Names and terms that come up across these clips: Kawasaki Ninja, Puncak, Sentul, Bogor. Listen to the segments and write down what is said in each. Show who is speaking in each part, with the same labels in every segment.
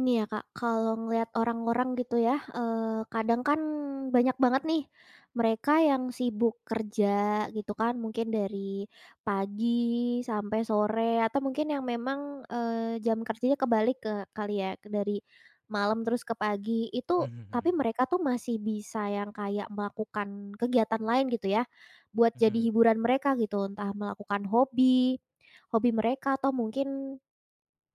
Speaker 1: Nih ya Kak, kalau ngelihat orang-orang gitu ya, kadang kan banyak banget nih mereka yang sibuk kerja gitu kan, mungkin dari pagi sampai sore atau mungkin yang memang, jam kerjanya kebalik ke kali ya, dari malam terus ke pagi. Itu tapi
Speaker 2: Mhm
Speaker 1: mereka tuh masih bisa yang kayak melakukan kegiatan lain gitu ya, buat jadi
Speaker 2: mhm
Speaker 1: hiburan mereka gitu, entah melakukan hobi hobi mereka atau mungkin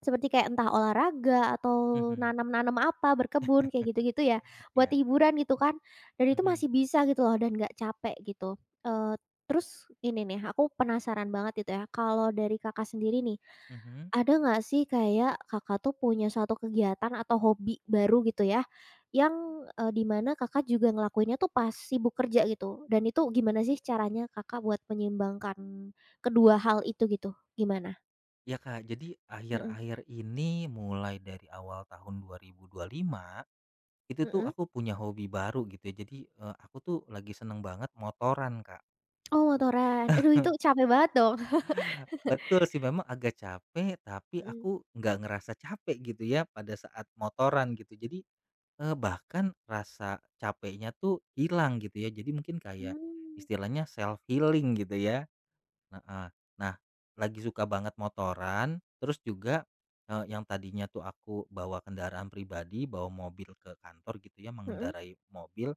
Speaker 1: seperti kayak entah olahraga atau
Speaker 2: mhm.
Speaker 1: nanam-nanam apa, berkebun, kayak gitu-gitu ya, buat
Speaker 2: Iya.
Speaker 1: hiburan gitu kan, dan itu
Speaker 2: Mhm
Speaker 1: masih bisa gitu loh dan nggak capek gitu. Eee, Terus ini nih, aku penasaran banget itu ya, kalau dari Kakak sendiri nih,
Speaker 2: mhm.
Speaker 1: ada nggak sih kayak Kakak tuh punya suatu kegiatan atau hobi baru gitu ya, yang, di mana Kakak juga ngelakuinnya tuh pas sibuk kerja gitu, dan itu gimana sih caranya Kakak buat menyeimbangkan kedua hal itu gitu, gimana?
Speaker 2: Ya, Kak, jadi
Speaker 1: Mhm,
Speaker 2: akhir-akhir ini mulai dari awal tahun dua dua ribu dua puluh lima itu tuh
Speaker 1: mhm.
Speaker 2: aku punya hobi baru gitu ya. Jadi, aku tuh lagi seneng banget motoran, Kak.
Speaker 1: Oh, motoran. Aduh, itu capek banget dong.
Speaker 2: Betul sih memang agak capek, tapi
Speaker 1: Mhm.
Speaker 2: aku nggak ngerasa capek gitu ya pada saat motoran gitu. Jadi, bahkan rasa capeknya tuh hilang gitu ya. Jadi mungkin kayak
Speaker 1: Mmm,
Speaker 2: istilahnya self healing gitu ya. Heeh. Nah, lagi suka banget motoran, terus juga, yang tadinya tuh aku bawa kendaraan pribadi, bawa mobil ke kantor gitu ya,
Speaker 1: mhm
Speaker 2: mengendarai mobil,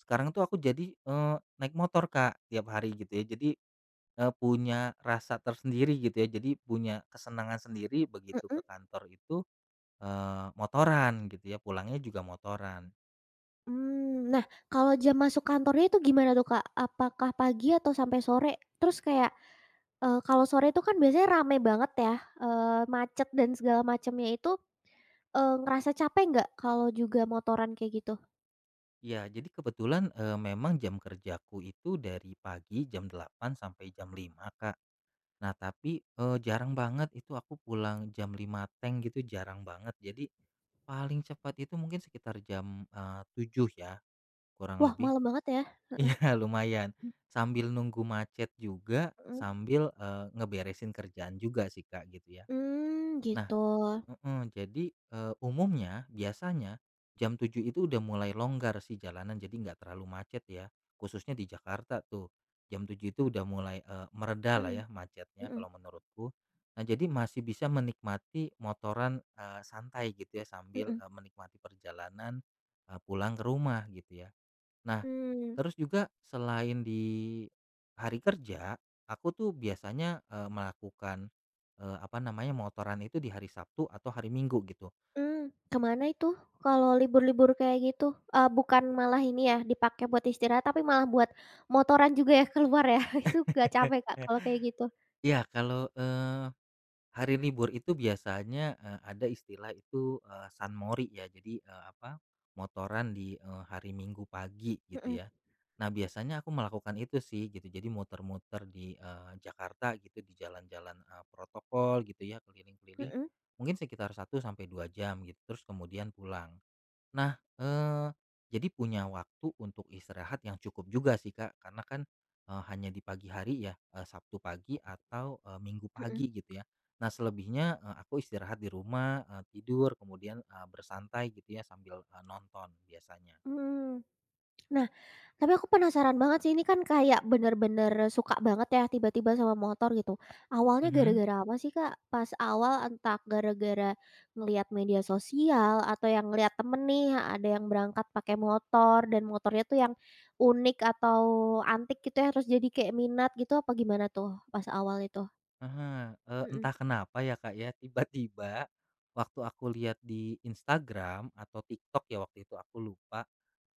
Speaker 2: sekarang tuh aku jadi, naik motor, Kak, tiap hari gitu ya. Jadi, punya rasa tersendiri gitu ya, jadi punya kesenangan sendiri begitu
Speaker 1: mhm,
Speaker 2: ke kantor itu, motoran gitu ya, pulangnya juga motoran.
Speaker 1: mmm. Nah, kalau jam masuk kantornya itu gimana tuh, Kak? Apakah pagi atau sampai sore? Terus kayak, kalau sore itu kan biasanya rame banget ya, eee, macet dan segala macamnya itu, ngerasa capek nggak kalau juga motoran kayak gitu?
Speaker 2: Ya jadi kebetulan, memang jam kerjaku itu dari pagi jam 8 sampai jam 5, Kak. Nah, tapi, jarang banget itu aku pulang jam 5 teng gitu jarang banget. Jadi paling cepat itu mungkin sekitar jam, 7.00 ya kurang
Speaker 1: Wah,
Speaker 2: lebih.
Speaker 1: malam banget ya? Heeh.
Speaker 2: Iya lumayan,
Speaker 1: Mhm.
Speaker 2: sambil nunggu macet juga,
Speaker 1: Mhm.
Speaker 2: sambil, ngeberesin kerjaan juga sih, Kak, gitu ya.
Speaker 1: Mmm,
Speaker 2: Nah.
Speaker 1: gitu.
Speaker 2: Heeh, jadi, umumnya biasanya jam 7 itu udah mulai longgar sih jalanan jadi nggak terlalu macet ya, khususnya di Jakarta tuh. Jam 7 itu udah mulai, lah
Speaker 1: Mhm
Speaker 2: ya macetnya
Speaker 1: mhm
Speaker 2: kalau menurutku. Nah jadi masih bisa menikmati motoran, santai gitu ya sambil,
Speaker 1: mhm.
Speaker 2: menikmati perjalanan, pulang ke rumah gitu ya. Nah.
Speaker 1: Mmm.
Speaker 2: Terus juga selain di hari kerja, aku tuh biasanya, melakukan, apa namanya, motoran itu di hari Sabtu atau hari Minggu gitu.
Speaker 1: Mmm, ke mana itu kalau libur-libur kayak gitu? Bukan malah ini ya, dipakai buat istirahat, tapi malah buat motoran juga ya, keluar ya? Itu nggak capek, Kak, kalau kayak gitu?
Speaker 2: Ya kalau, hari libur itu biasanya, ada istilah itu, Sunmori ya jadi, apa, motoran di, hari Minggu pagi gitu
Speaker 1: Mhm
Speaker 2: ya. Nah biasanya aku melakukan itu sih gitu jadi muter-muter di, Jakarta gitu di jalan-jalan, protokol gitu ya keliling-keliling,
Speaker 1: mhm
Speaker 2: mungkin sekitar 1 sampai 2 jam gitu terus kemudian pulang. Nah, jadi punya waktu untuk istirahat yang cukup juga sih, Kak, karena kan, hanya di pagi hari ya, Sabtu pagi atau, Minggu
Speaker 1: mhm,
Speaker 2: pagi gitu ya. Nah selebihnya, aku istirahat di rumah, tidur kemudian, bersantai gitu ya sambil, nonton biasanya.
Speaker 1: mmm. Nah, tapi aku penasaran banget sih, ini kan kayak bener-bener suka banget ya tiba-tiba sama motor gitu. Awalnya
Speaker 2: Mhm.
Speaker 1: gara-gara apa sih, Kak? Pas awal entah gara-gara ngelihat media sosial atau yang ngelihat temen nih ada yang berangkat pakai motor dan motornya tuh yang unik atau antik gitu ya, terus jadi kayak minat gitu apa gimana tuh pas awal itu?
Speaker 2: Heeh,
Speaker 1: Mhm.
Speaker 2: entah kenapa ya, Kak, ya, tiba-tiba waktu aku lihat di Instagram atau TikTok ya waktu itu aku lupa,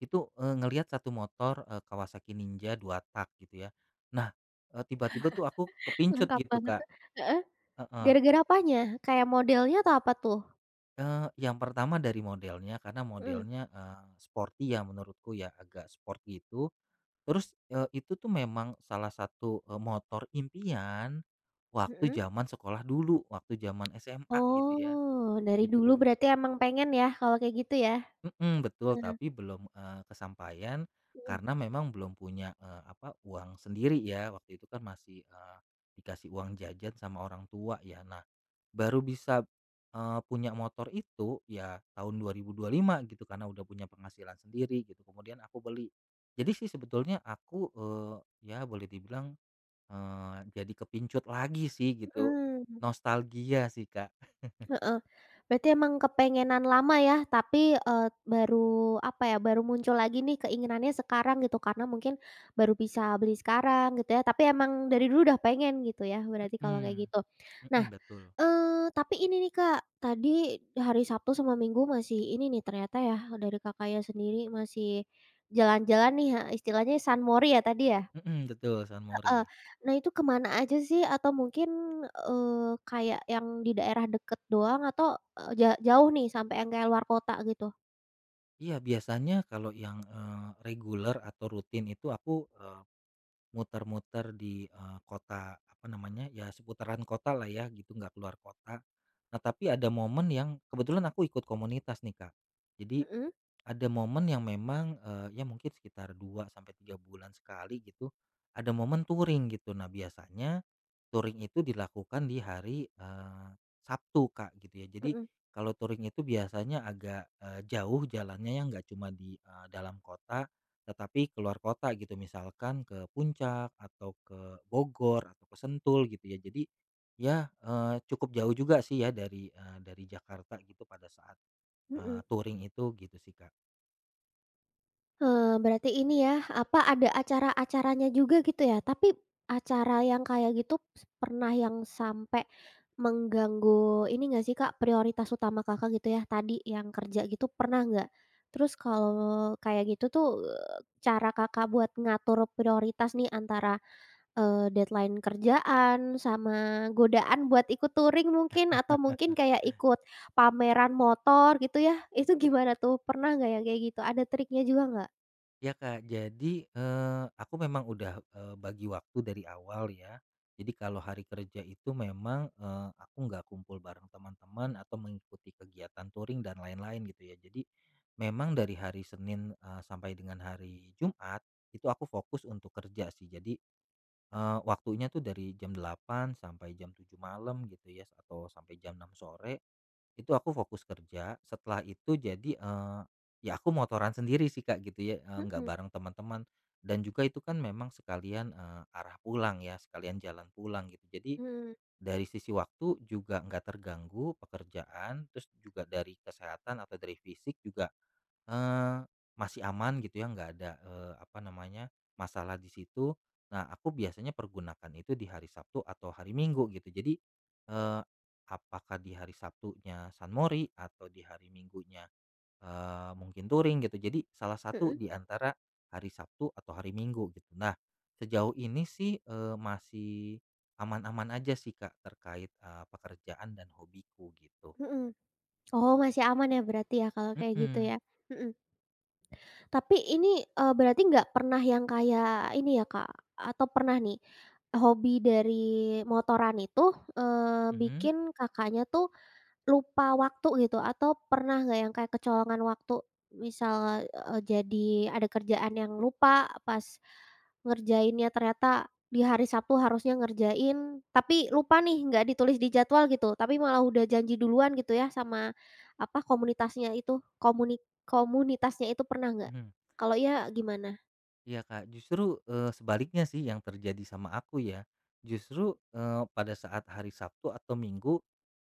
Speaker 2: itu, ngelihat satu motor, Kawasaki Ninja 2 tak gitu ya. Nah, tiba-tiba tuh aku kepincut
Speaker 1: Lengkap
Speaker 2: gitu,
Speaker 1: banget,
Speaker 2: Kak,
Speaker 1: heeh.
Speaker 2: heeh,
Speaker 1: Gara-gara apanya? Kayak modelnya atau apa tuh?
Speaker 2: yang pertama dari modelnya karena
Speaker 1: Mhm,
Speaker 2: modelnya, sporty ya menurutku ya, agak sport gitu. Terus, itu tuh memang salah satu, motor impian waktu
Speaker 1: mhm.
Speaker 2: zaman sekolah dulu, waktu zaman SMA gitu ya.
Speaker 1: Oh, dari
Speaker 2: Gitu.
Speaker 1: dulu berarti emang pengen ya kalau kayak gitu ya?
Speaker 2: Mhm, betul,
Speaker 1: Nah,
Speaker 2: tapi belum, kesampaian
Speaker 1: mhm
Speaker 2: karena memang belum punya, apa, uang sendiri ya, waktu itu kan masih, dikasih uang jajan sama orang tua ya. Nah, baru bisa, punya motor itu ya tahun 2025 gitu, karena udah punya penghasilan sendiri gitu, kemudian aku beli. Jadi sih sebetulnya aku, ya boleh dibilang, jadi kepincut lagi sih gitu,
Speaker 1: mhm,
Speaker 2: nostalgia sih, Kak.
Speaker 1: heeh. Berarti emang kepengenan lama ya, tapi, eee, baru apa ya, baru muncul lagi nih keinginannya sekarang gitu, karena mungkin baru bisa beli sekarang gitu ya, tapi emang dari dulu udah pengen gitu ya, berarti kalau kayak
Speaker 2: Mhm,
Speaker 1: gitu. Nah,
Speaker 2: mhm, betul.
Speaker 1: eee, tapi ini nih Kak, tadi hari Sabtu sama Minggu masih ini nih ternyata ya, dari Kakaknya sendiri masih jalan-jalan nih, heeh, istilahnya sunmori ya tadi ya?
Speaker 2: Mhm, betul, San Mori.
Speaker 1: Heeh. Nah itu kemana aja sih atau mungkin, eee, kayak yang di daerah deket doang atau, eee, ja jauh nih sampai yang kayak luar kota gitu?
Speaker 2: Iya, biasanya kalau yang, reguler atau rutin itu aku, muter-muter di, kota, apa namanya, ya seputaran kota lah ya gitu, nggak keluar kota. Nah, tapi ada momen yang kebetulan aku ikut komunitas nih, Kak. Jadi
Speaker 1: Mhm
Speaker 2: ada momen yang memang, ya mungkin sekitar 2 sampai 3 bulan sekali gitu, ada momen touring gitu. Nah biasanya touring itu dilakukan di hari, Sabtu, Kak, gitu ya. Jadi
Speaker 1: mhm
Speaker 2: kalau touring itu biasanya agak, jauh jalannya ya, nggak cuma di, dalam kota, tetapi keluar kota gitu, misalkan ke Puncak atau ke Bogor atau ke Sentul gitu ya. Jadi ya, cukup jauh juga sih ya dari, Jakarta gitu pada saat,
Speaker 1: mhm.
Speaker 2: touring itu gitu sih, Kak.
Speaker 1: Berarti ini ya, apa, ada acara-acaranya juga gitu ya? Tapi acara yang kayak gitu pernah yang sampai mengganggu ini nggak sih Kak, prioritas utama Kakak gitu ya, tadi yang kerja gitu pernah nggak? Terus kalau kayak gitu tuh, cara Kakak buat ngatur prioritas nih antara deadline kerjaan, sama godaan buat ikut touring mungkin, atau mungkin kayak ikut pameran motor gitu ya, itu gimana tuh? Pernah nggak yang kayak gitu? Ada triknya juga nggak?
Speaker 2: Ya, Kak, jadi, aku memang udah, bagi waktu dari awal ya. Jadi kalau hari kerja itu memang, aku nggak kumpul bareng teman-teman atau mengikuti kegiatan touring dan lain-lain gitu ya. Jadi memang dari hari Senin, sampai dengan hari Jumat itu aku fokus untuk kerja sih. Jadi, waktunya tuh dari jam 8 sampai jam 7 malam gitu ya, atau sampai jam 6 sore. Itu aku fokus kerja, setelah itu jadi, ya aku motoran sendiri sih, Kak, gitu ya, nggak
Speaker 1: Mhm,
Speaker 2: bareng teman-teman dan juga itu kan memang sekalian, arah pulang ya, sekalian jalan pulang gitu. Jadi
Speaker 1: mhm,
Speaker 2: dari sisi waktu juga nggak terganggu pekerjaan, terus juga dari kesehatan atau dari fisik juga Eee, masih aman gitu ya, nggak ada, apa namanya, masalah di situ. Nah, aku biasanya pergunakan itu di hari Sabtu atau hari Minggu gitu. Jadi, eee, apakah di hari Sabtunya san Mori atau di hari Minggunya, mungkin touring gitu. Jadi salah satu
Speaker 1: mhm,
Speaker 2: di antara hari Sabtu atau hari Minggu gitu. Nah, sejauh ini sih, masih aman-aman aja sih Kak terkait, pekerjaan dan hobiku gitu.
Speaker 1: mhm. Oh, masih aman ya berarti ya kalau kayak gitu
Speaker 2: Mhm,
Speaker 1: ya? Mhm. Tapi ini, berarti nggak pernah yang kayak ini ya, Kak, atau pernah nih, hobi dari motoran itu,
Speaker 2: mhm
Speaker 1: bikin Kakaknya tuh lupa waktu gitu atau pernah nggak yang kayak kecolongan waktu? Misal, jadi ada kerjaan yang lupa pas ngerjainnya ternyata di hari Sabtu harusnya ngerjain, tapi lupa nih nggak ditulis di jadwal gitu, tapi malah udah janji duluan gitu ya sama, apa, komunitasnya itu, komuni komunitasnya itu pernah nggak?
Speaker 2: mhm.
Speaker 1: Kalau iya gimana?
Speaker 2: Iya, Kak, justru, sebaliknya sih yang terjadi sama aku ya. Justru, pada saat hari Sabtu atau Minggu,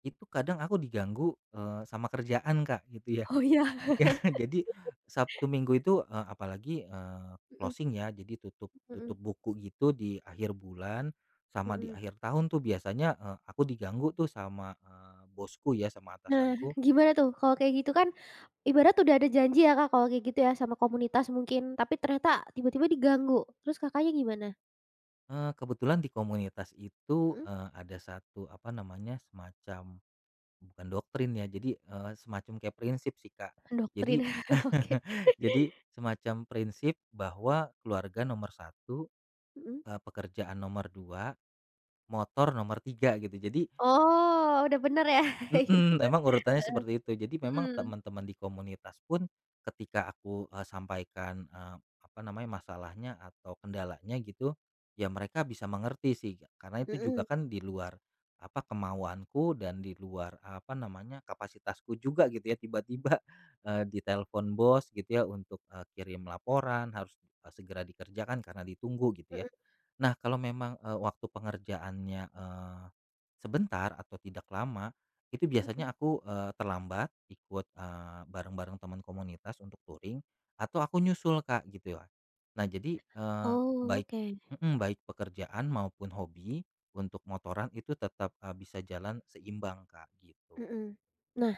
Speaker 2: itu kadang aku diganggu, sama kerjaan, Kak, gitu ya.
Speaker 1: Oh, iya.
Speaker 2: Iya, jadi Sabtu Minggu itu, apalagi,
Speaker 1: Mhm
Speaker 2: closing ya, jadi tutup
Speaker 1: mhm
Speaker 2: tutup buku gitu di akhir bulan sama di
Speaker 1: mhm.
Speaker 2: akhir tahun tuh biasanya, aku diganggu tuh sama, bosku ya, sama
Speaker 1: Nah,
Speaker 2: atasanku.
Speaker 1: gimana tuh kalau kayak gitu kan, ibarat udah ada janji ya Kak, kalau kayak gitu ya sama komunitas mungkin, tapi ternyata tiba-tiba diganggu, terus Kakaknya gimana?
Speaker 2: Kebetulan di komunitas itu,
Speaker 1: Mhm.
Speaker 2: ada satu, apa namanya, semacam. Bukan doktrin ya, jadi, semacam kayak prinsip sih, Kak.
Speaker 1: Mendoktrin,
Speaker 2: Jadi
Speaker 1: oke.
Speaker 2: jadi semacam prinsip bahwa keluarga nomor satu,
Speaker 1: Mhm.
Speaker 2: pekerjaan nomor 2, motor nomor 3 gitu. Jadi.
Speaker 1: Oh, udah bener ya itu?
Speaker 2: Mhm, memang urutannya
Speaker 1: Heeh,
Speaker 2: seperti itu. Jadi memang
Speaker 1: mhm.
Speaker 2: teman-teman di komunitas pun ketika aku, sampaikan, apa namanya, masalahnya atau kendalanya gitu, ya mereka bisa mengerti sih. Karena itu juga
Speaker 1: Mhm
Speaker 2: kan di luar, apa, kemauanku dan di luar, apa namanya, kapasitasku juga gitu ya. Tiba-tiba, ditelepon bos gitu ya untuk, kirim laporan, harus, segera dikerjakan karena ditunggu gitu
Speaker 1: mhm
Speaker 2: ya. Nah, kalau memang, waktu pengerjaannya, sebentar atau tidak lama itu
Speaker 1: mhm.
Speaker 2: biasanya aku, terlambat ikut, bareng-bareng teman komunitas untuk touring atau aku nyusul, Kak, gitu ya. Nah jadi,
Speaker 1: Oh,
Speaker 2: baik
Speaker 1: oke.
Speaker 2: mhm, baik pekerjaan maupun hobi untuk motoran itu tetap, bisa jalan seimbang, Kak, gitu.
Speaker 1: Mhm. Nah,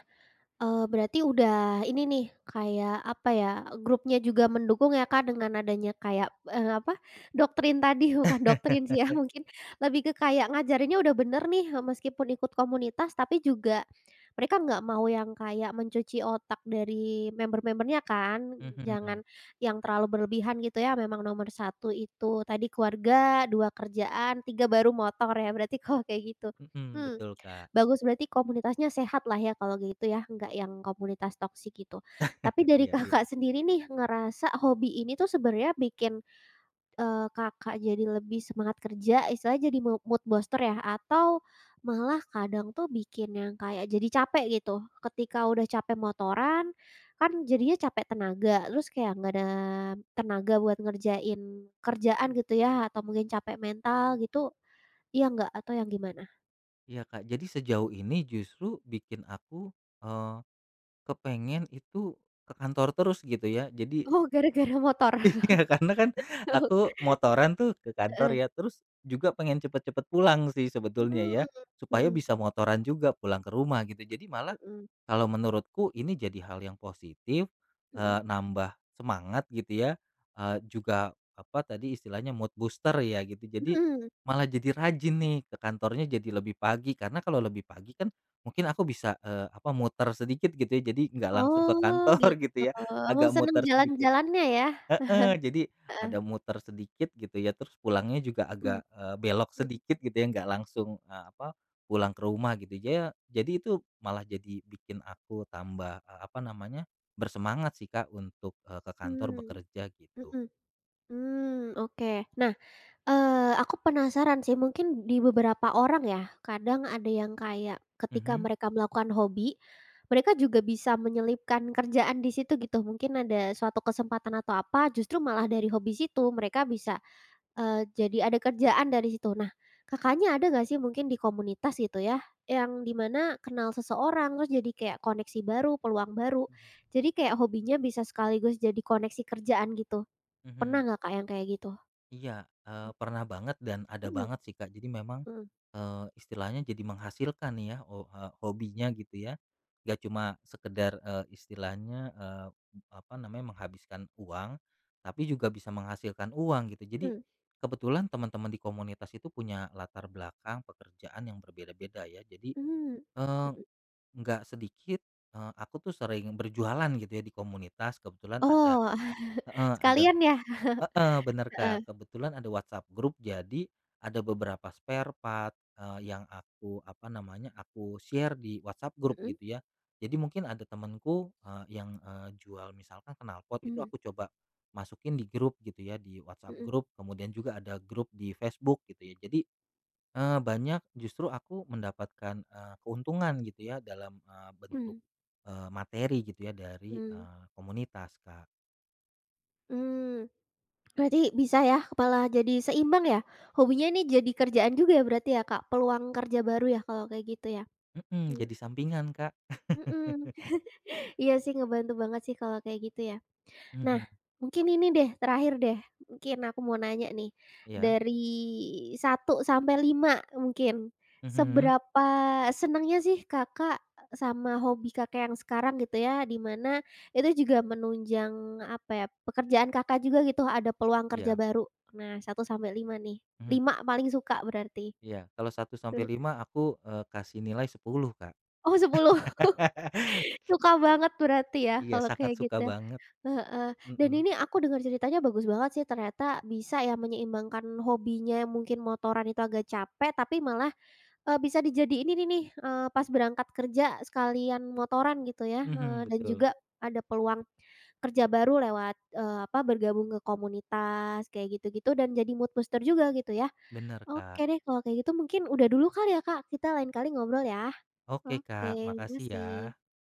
Speaker 1: Berarti udah ini nih, kayak apa ya, grupnya juga mendukung ya, Kak, dengan adanya kayak, apa, doktrin tadi, bukan doktrin sih ya, mungkin lebih ke kayak ngajarinnya udah bener nih, eee, meskipun ikut komunitas, tapi juga mereka nggak mau yang kayak mencuci otak dari member-membernya kan, jangan
Speaker 2: Mhm,
Speaker 1: yang terlalu berlebihan gitu ya, memang nomor satu itu tadi keluarga, 2 kerjaan, 3 baru motor ya, berarti kalau kayak gitu.
Speaker 2: mhm,
Speaker 1: Mmm.
Speaker 2: betul, Kak.
Speaker 1: Bagus, berarti komunitasnya sehat lah ya kalau gitu ya, nggak yang komunitas toksik gitu. Tapi dari
Speaker 2: Iya, iya.
Speaker 1: Kakak sendiri nih ngerasa hobi ini tuh sebenarnya bikin, Kakak jadi lebih semangat kerja, istilahnya jadi mood booster ya? Atau malah kadang tuh bikin yang kayak jadi capek gitu, ketika udah capek motoran, kan jadinya capek tenaga, terus kayak nggak ada tenaga buat ngerjain kerjaan gitu ya, atau mungkin capek mental gitu, iya nggak? Atau yang gimana?
Speaker 2: Iya, Kak, jadi sejauh ini justru bikin aku, eee, kepengen itu ke kantor terus gitu ya. Jadi.
Speaker 1: Oh, gara-gara motor.
Speaker 2: Iya, karena kan aku motoran tuh ke kantor
Speaker 1: Heeh,
Speaker 2: ya, terus juga pengen cepet-cepet pulang sih sebetulnya
Speaker 1: mmm,
Speaker 2: ya, supaya
Speaker 1: mhm
Speaker 2: bisa motoran juga pulang ke rumah gitu. Jadi malah
Speaker 1: mhm
Speaker 2: kalau menurutku ini jadi hal yang positif,
Speaker 1: mhm
Speaker 2: nambah semangat gitu ya, juga apa tadi istilahnya mood booster ya gitu. Jadi
Speaker 1: mhm.
Speaker 2: malah jadi rajin nih ke kantornya jadi lebih pagi, karena kalau lebih pagi kan mungkin aku bisa, apa muter sedikit gitu ya, jadi nggak langsung ke
Speaker 1: Oh
Speaker 2: kantor gitu
Speaker 1: gitu,
Speaker 2: ya,
Speaker 1: oh
Speaker 2: agak
Speaker 1: seneng
Speaker 2: muter sedikit.
Speaker 1: jalan-jalannya ya?
Speaker 2: Heeh, jadi
Speaker 1: Heeh,
Speaker 2: ada muter sedikit gitu ya, terus pulangnya juga
Speaker 1: mhm
Speaker 2: agak, belok sedikit gitu ya, nggak langsung, apa, pulang ke rumah gitu ya. Jadi itu malah jadi bikin aku tambah, apa namanya, bersemangat sih Kak untuk, ke kantor
Speaker 1: mhm
Speaker 2: bekerja gitu.
Speaker 1: mhm, mmm, oke. Nah, aku penasaran sih mungkin di beberapa orang ya, kadang ada yang kayak ketika
Speaker 2: Mhm.
Speaker 1: mereka melakukan hobi, mereka juga bisa menyelipkan kerjaan di situ gitu, mungkin ada suatu kesempatan atau apa, justru malah dari hobi situ mereka bisa jadi ada kerjaan dari situ. Nah, Kakaknya ada nggak sih mungkin di komunitas gitu ya, yang di mana kenal seseorang, terus jadi kayak koneksi baru, peluang baru. Jadi kayak hobinya bisa sekaligus jadi koneksi kerjaan gitu.
Speaker 2: Mhm
Speaker 1: Pernah
Speaker 2: mhm.
Speaker 1: nggak Kak yang kayak gitu?
Speaker 2: Iya, pernah banget dan ada
Speaker 1: Mhm
Speaker 2: banget sih, Kak. Jadi memang,
Speaker 1: mhm
Speaker 2: istilahnya jadi menghasilkan nih ya, hobinya gitu ya. Gak cuma sekedar, istilahnya, apa namanya, menghabiskan uang, tapi juga bisa menghasilkan uang gitu. Jadi
Speaker 1: mhm
Speaker 2: kebetulan teman-teman di komunitas itu punya latar belakang pekerjaan yang berbeda-beda ya. Jadi,
Speaker 1: mhm mmm,
Speaker 2: eee,
Speaker 1: mhm.
Speaker 2: nggak sedikit, aku tuh sering berjualan gitu ya di komunitas. Kebetulan ada,
Speaker 1: Oh,
Speaker 2: heeh, ada.
Speaker 1: sekalian ya?
Speaker 2: Heeh, bener
Speaker 1: Heeh.
Speaker 2: Kak, kebetulan ada WhatsApp grup jadi ada beberapa spare part, yang aku apa namanya, aku share di WhatsApp grup
Speaker 1: Mhm.
Speaker 2: gitu ya. Jadi mungkin ada temanku yang, jual misalkan knalpot itu
Speaker 1: Mmm,
Speaker 2: aku coba masukin di grup gitu ya, di WhatsApp
Speaker 1: mhm
Speaker 2: grup, kemudian juga ada grup di Facebook gitu ya. Jadi, banyak justru aku mendapatkan, keuntungan gitu ya dalam,
Speaker 1: mhm, mmm,
Speaker 2: bentuk, materi gitu ya dari,
Speaker 1: mmm.
Speaker 2: komunitas Kak.
Speaker 1: Mmm. Berarti bisa ya, kepala jadi seimbang ya? Hobinya ini jadi kerjaan juga ya berarti ya, Kak? Peluang kerja baru ya kalau kayak gitu ya?
Speaker 2: Mhm,
Speaker 1: Mmm,
Speaker 2: jadi sampingan Kak.
Speaker 1: mhm, iya sih ngebantu banget sih kalau kayak gitu ya. Nah,
Speaker 2: Mhm.
Speaker 1: mungkin ini deh terakhir deh, mungkin aku mau nanya nih,
Speaker 2: Iya.
Speaker 1: dari 1 sampai 5 mungkin,
Speaker 2: Mhm.
Speaker 1: seberapa senangnya sih Kakak sama hobi Kakak yang sekarang gitu ya, di mana itu juga menunjang apa ya, pekerjaan Kakak juga gitu, ada peluang kerja
Speaker 2: Iya,
Speaker 1: baru. Nah, 1 sampai 5 nih,
Speaker 2: mhm,
Speaker 1: 5 paling suka berarti?
Speaker 2: iya. Kalau 1 sampai 5, aku, kasih nilai 10, Kak.
Speaker 1: Oh 10 suka banget berarti ya
Speaker 2: Iya,
Speaker 1: kalau
Speaker 2: sangat
Speaker 1: kayak
Speaker 2: suka
Speaker 1: gitu.
Speaker 2: banget,
Speaker 1: Heeh, dan
Speaker 2: mhm.
Speaker 1: ini aku dengar ceritanya bagus banget sih ternyata bisa ya menyeimbangkan hobinya yang mungkin motoran itu agak capek tapi malah, bisa dijadiin ini nih, pas berangkat kerja sekalian motoran gitu ya,
Speaker 2: Mhm,
Speaker 1: dan
Speaker 2: betul,
Speaker 1: juga ada peluang kerja baru lewat, apa, bergabung ke komunitas kayak gitu-gitu dan jadi mood booster juga gitu ya.
Speaker 2: bener, Kak.
Speaker 1: Oke deh kalau kayak gitu mungkin udah dulu kali ya Kak, kita lain kali ngobrol ya.
Speaker 2: Oke,
Speaker 1: Oke,
Speaker 2: Kak,
Speaker 1: terima
Speaker 2: makasih ya.
Speaker 1: kasih.